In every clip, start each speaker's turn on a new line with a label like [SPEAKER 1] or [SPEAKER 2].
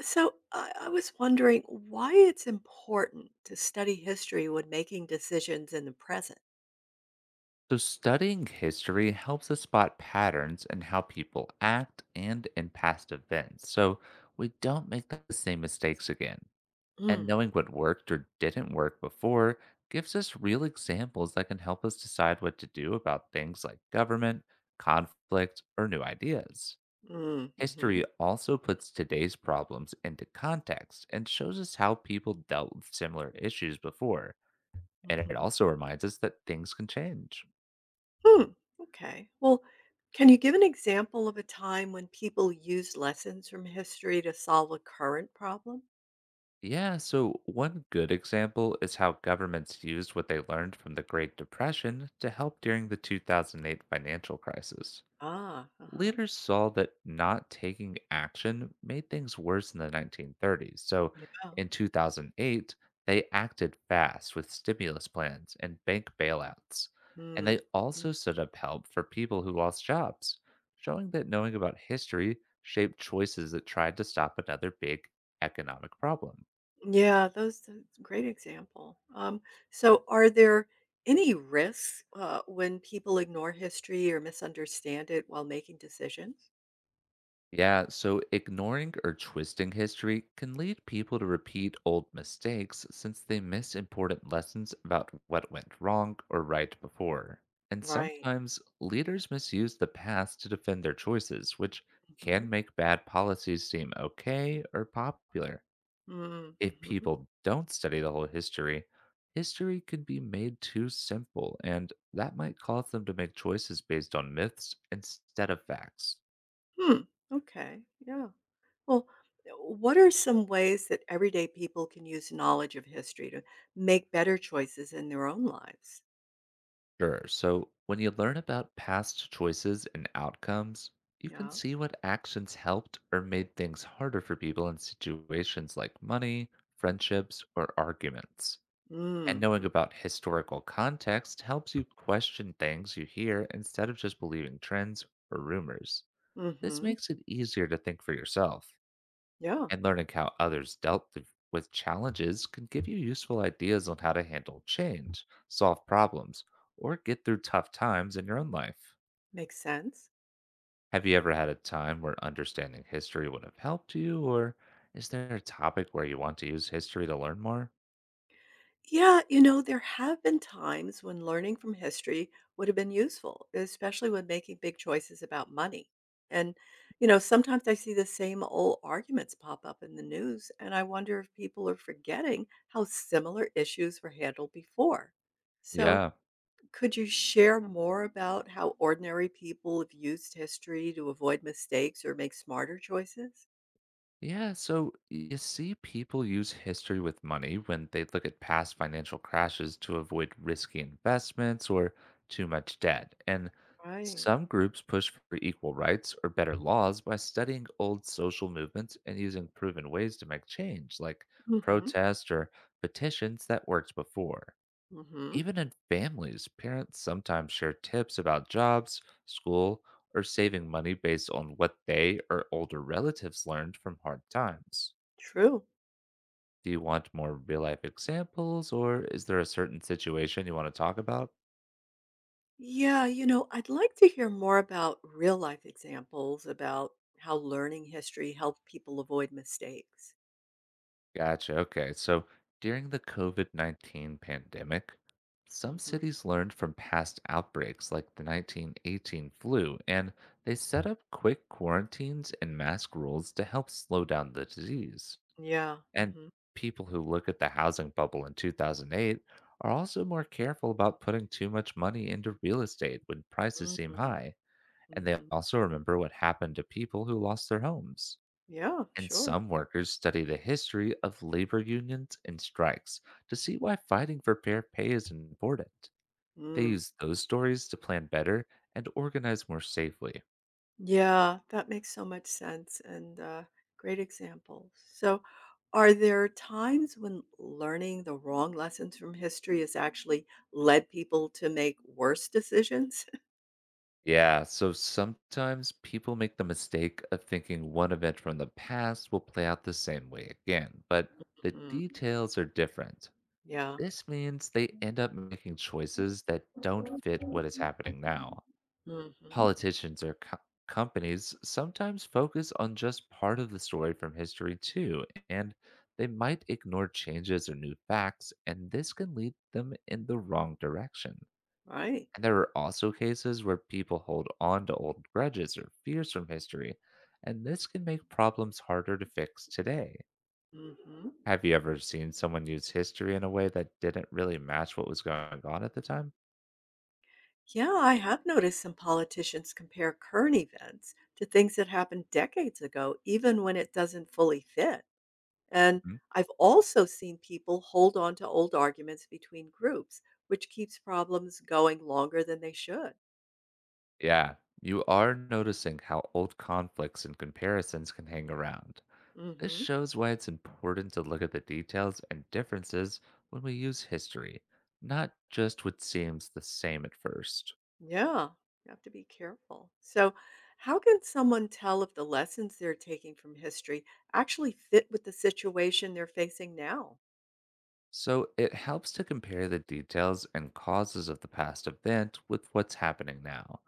[SPEAKER 1] So I was wondering why it's important to study history when making decisions in the present.
[SPEAKER 2] So, studying history helps us spot patterns in how people act and in past events, so we don't make the same mistakes again. And
[SPEAKER 1] Mm.
[SPEAKER 2] knowing what worked or didn't work before gives us real examples that can help us decide what to do about things like government, conflict, or new ideas.
[SPEAKER 1] mm, hmm
[SPEAKER 2] History also puts today's problems into context and shows us how people dealt with similar issues before. And it
[SPEAKER 1] hmm.
[SPEAKER 2] also reminds us that things can change.
[SPEAKER 1] Hmm, okay. Well, can you give an example of a time when people used lessons from history to solve a current problem?
[SPEAKER 2] Yeah, so one good example is how governments used what they learned from the Great Depression to help during the 2008 financial crisis.
[SPEAKER 1] Ah, uh huh.
[SPEAKER 2] Leaders saw that not taking action made things worse in the 1930s. So
[SPEAKER 1] Yeah.
[SPEAKER 2] in 2008, they acted fast with stimulus plans and bank bailouts. And
[SPEAKER 1] Hmm.
[SPEAKER 2] they
[SPEAKER 1] Hmm.
[SPEAKER 2] also set up help for people who lost jobs, showing that knowing about history shaped choices that tried to stop another big economic problem.
[SPEAKER 1] Yeah, those that's a great example. So are there any risks when people ignore history or misunderstand it while making decisions?
[SPEAKER 2] Yeah, so ignoring or twisting history can lead people to repeat old mistakes since they miss important lessons about what went wrong or right before. And
[SPEAKER 1] Right.
[SPEAKER 2] sometimes leaders misuse the past to defend their choices, which
[SPEAKER 1] Hmm.
[SPEAKER 2] can make bad policies seem okay or popular. If
[SPEAKER 1] Mm-hmm.
[SPEAKER 2] people don't study the whole history, history could be made too simple, and that might cause them to make choices based on myths instead of facts.
[SPEAKER 1] Hmm. Okay. Yeah. Well, what are some ways that everyday people can use knowledge of history to make better choices in their own lives?
[SPEAKER 2] Sure. So when you learn about past choices and outcomes, you can
[SPEAKER 1] Yeah.
[SPEAKER 2] see what actions helped or made things harder for people in situations like money, friendships, or arguments. And
[SPEAKER 1] Mm.
[SPEAKER 2] knowing about historical context helps you question things you hear instead of just believing trends or rumors. This
[SPEAKER 1] Mm-hmm.
[SPEAKER 2] makes it easier to think for yourself,
[SPEAKER 1] Yeah.
[SPEAKER 2] and learning how others with challenges can give you useful ideas on how to handle change, solve problems, or get through tough times in your own life.
[SPEAKER 1] Makes sense.
[SPEAKER 2] Have you ever had a time where understanding history would have helped you, or is there a topic where you want to use history to learn more?
[SPEAKER 1] Yeah, you know, there have been times when learning from history would have been useful, especially when making big choices about money. And, you know, sometimes I see the same old arguments pop up in the news, and I wonder if people are forgetting how similar issues were handled before. So,
[SPEAKER 2] Yeah.
[SPEAKER 1] could you share more about how ordinary people have used history to avoid mistakes or make smarter choices?
[SPEAKER 2] Yeah, so you see, people use history with money when they look at past financial crashes to avoid risky investments or too much debt. And
[SPEAKER 1] Right.
[SPEAKER 2] some groups push for equal rights or better laws by studying old social movements and using proven ways to make change, like
[SPEAKER 1] Mm hmm.
[SPEAKER 2] protest or petitions that worked before.
[SPEAKER 1] Mm hmm.
[SPEAKER 2] Even in families, parents sometimes share tips about jobs, school, or saving money based on what they or older relatives learned from hard times.
[SPEAKER 1] True.
[SPEAKER 2] Do you want more real life examples, or is there a certain situation you want to talk about?
[SPEAKER 1] Yeah, you know, I'd like to hear more about real life examples about how learning history helped people avoid mistakes.
[SPEAKER 2] Gotcha. Okay. So during the COVID-19 pandemic, some
[SPEAKER 1] Hmm.
[SPEAKER 2] cities learned from past outbreaks like the 1918 flu, and they set up quick quarantines and mask rules to help slow down the disease.
[SPEAKER 1] Yeah.
[SPEAKER 2] And
[SPEAKER 1] Hmm.
[SPEAKER 2] people who look at the housing bubble in 2008 are also more careful about putting too much money into real estate when prices seem
[SPEAKER 1] Hmm.
[SPEAKER 2] high. And they
[SPEAKER 1] Hmm.
[SPEAKER 2] also remember what happened to people who lost their homes.
[SPEAKER 1] Yeah,
[SPEAKER 2] And
[SPEAKER 1] sure.
[SPEAKER 2] some workers study the history of labor unions and strikes to see why fighting for fair pay is important. They
[SPEAKER 1] Mm.
[SPEAKER 2] use those stories to plan better and organize more safely.
[SPEAKER 1] Yeah, that makes so much sense, and great examples. So, are there times when learning the wrong lessons from history has actually led people to make worse decisions?
[SPEAKER 2] Yeah, so sometimes people make the mistake of thinking one event from the past will play out the same way again, but the
[SPEAKER 1] Hmm.
[SPEAKER 2] details are different.
[SPEAKER 1] Yeah.
[SPEAKER 2] This means they end up making choices that don't fit what is happening now.
[SPEAKER 1] Mhm.
[SPEAKER 2] Politicians or co- companies sometimes focus on just part of the story from history too, and they might ignore changes or new facts, and this can lead them in the wrong direction.
[SPEAKER 1] Right.
[SPEAKER 2] And there are also cases where people hold on to old grudges or fears from history, and this can make problems harder to fix today.
[SPEAKER 1] Mhm.
[SPEAKER 2] Have you ever seen someone use history in a way that didn't really match what was going on at the time?
[SPEAKER 1] Yeah, I have noticed some politicians compare current events to things that happened decades ago, even when it doesn't fully fit. And
[SPEAKER 2] Mhm.
[SPEAKER 1] I've also seen people hold on to old arguments between groups, which keeps problems going longer than they should.
[SPEAKER 2] Yeah, you are noticing how old conflicts and comparisons can hang around. This
[SPEAKER 1] Mhm.
[SPEAKER 2] shows why it's important to look at the details and differences when we use history, not just what seems the same at first.
[SPEAKER 1] Yeah, you have to be careful. So, how can someone tell if the lessons they're taking from history actually fit with the situation they're facing now?
[SPEAKER 2] So it helps to compare the details and causes of the past event with what's happening now.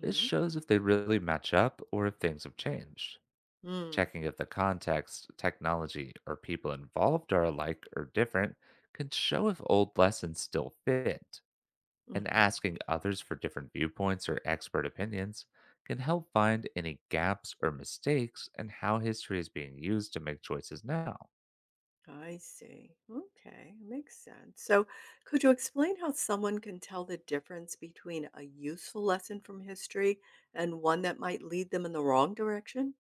[SPEAKER 2] This shows if they really match up or if things have changed.
[SPEAKER 1] Mm.
[SPEAKER 2] Checking if the context, technology, or people involved are alike or different can show if old lessons still fit.
[SPEAKER 1] Hmm.
[SPEAKER 2] And
[SPEAKER 1] Mm-hmm.
[SPEAKER 2] asking others for different viewpoints or expert opinions can help find any gaps or mistakes in how history is being used to make choices now.
[SPEAKER 1] I see. Okay, makes sense. So, could you explain how someone can tell the difference between a useful lesson from history and one that might lead them in the wrong direction?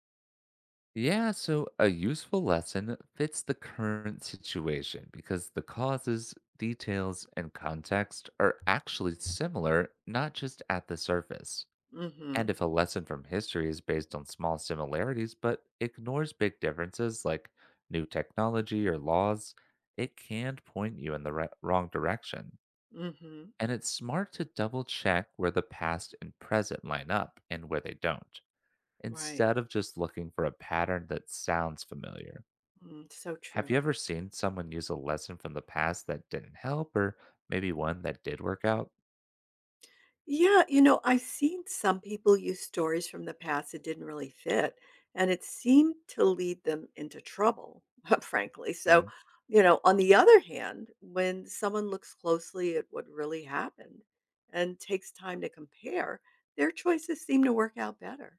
[SPEAKER 2] Yeah, so a useful lesson fits the current situation because the causes, details, and context are actually similar, not just at the surface.
[SPEAKER 1] Mm-hmm.
[SPEAKER 2] And if a lesson from history is based on small similarities but ignores big differences like new technology or laws, it can point you in the wrong direction.
[SPEAKER 1] Mm-hmm.
[SPEAKER 2] And it's smart to double check where the past and present line up and where they don't.
[SPEAKER 1] Right.
[SPEAKER 2] Instead of just looking for a pattern that sounds familiar,
[SPEAKER 1] Mm, so
[SPEAKER 2] have
[SPEAKER 1] true.
[SPEAKER 2] you ever seen someone use a lesson from the past that didn't help, or maybe one that did work out?
[SPEAKER 1] Yeah, you know, I've seen some people use stories from the past that didn't really fit, and it seemed to lead them into trouble, frankly. So,
[SPEAKER 2] Mm,
[SPEAKER 1] you know, on the other hand, when someone looks closely at what really happened and takes time to compare, their choices seem to work out better.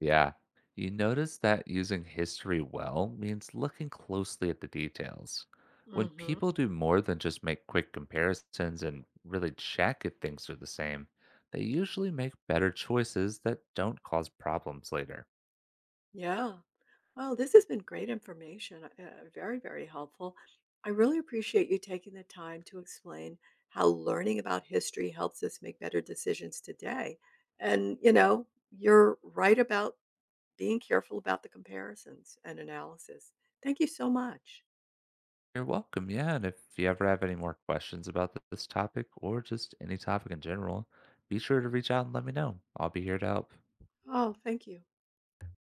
[SPEAKER 2] yeah. You notice that using history well means looking closely at the details. When
[SPEAKER 1] Hmm.
[SPEAKER 2] people do more than just make quick comparisons and really check if things are the same, they usually make better choices that don't cause problems later.
[SPEAKER 1] Yeah. Well, this has been great information, very, very helpful. I really appreciate you taking the time to explain how learning about history helps us make better decisions today. And, you know, you're right about being careful about the comparisons and analysis. Thank you so much.
[SPEAKER 2] You're welcome. Yeah. And if you ever have any more questions about this topic or just any topic in general, be sure to reach out and let me know. I'll be here to help.
[SPEAKER 1] Oh, thank you.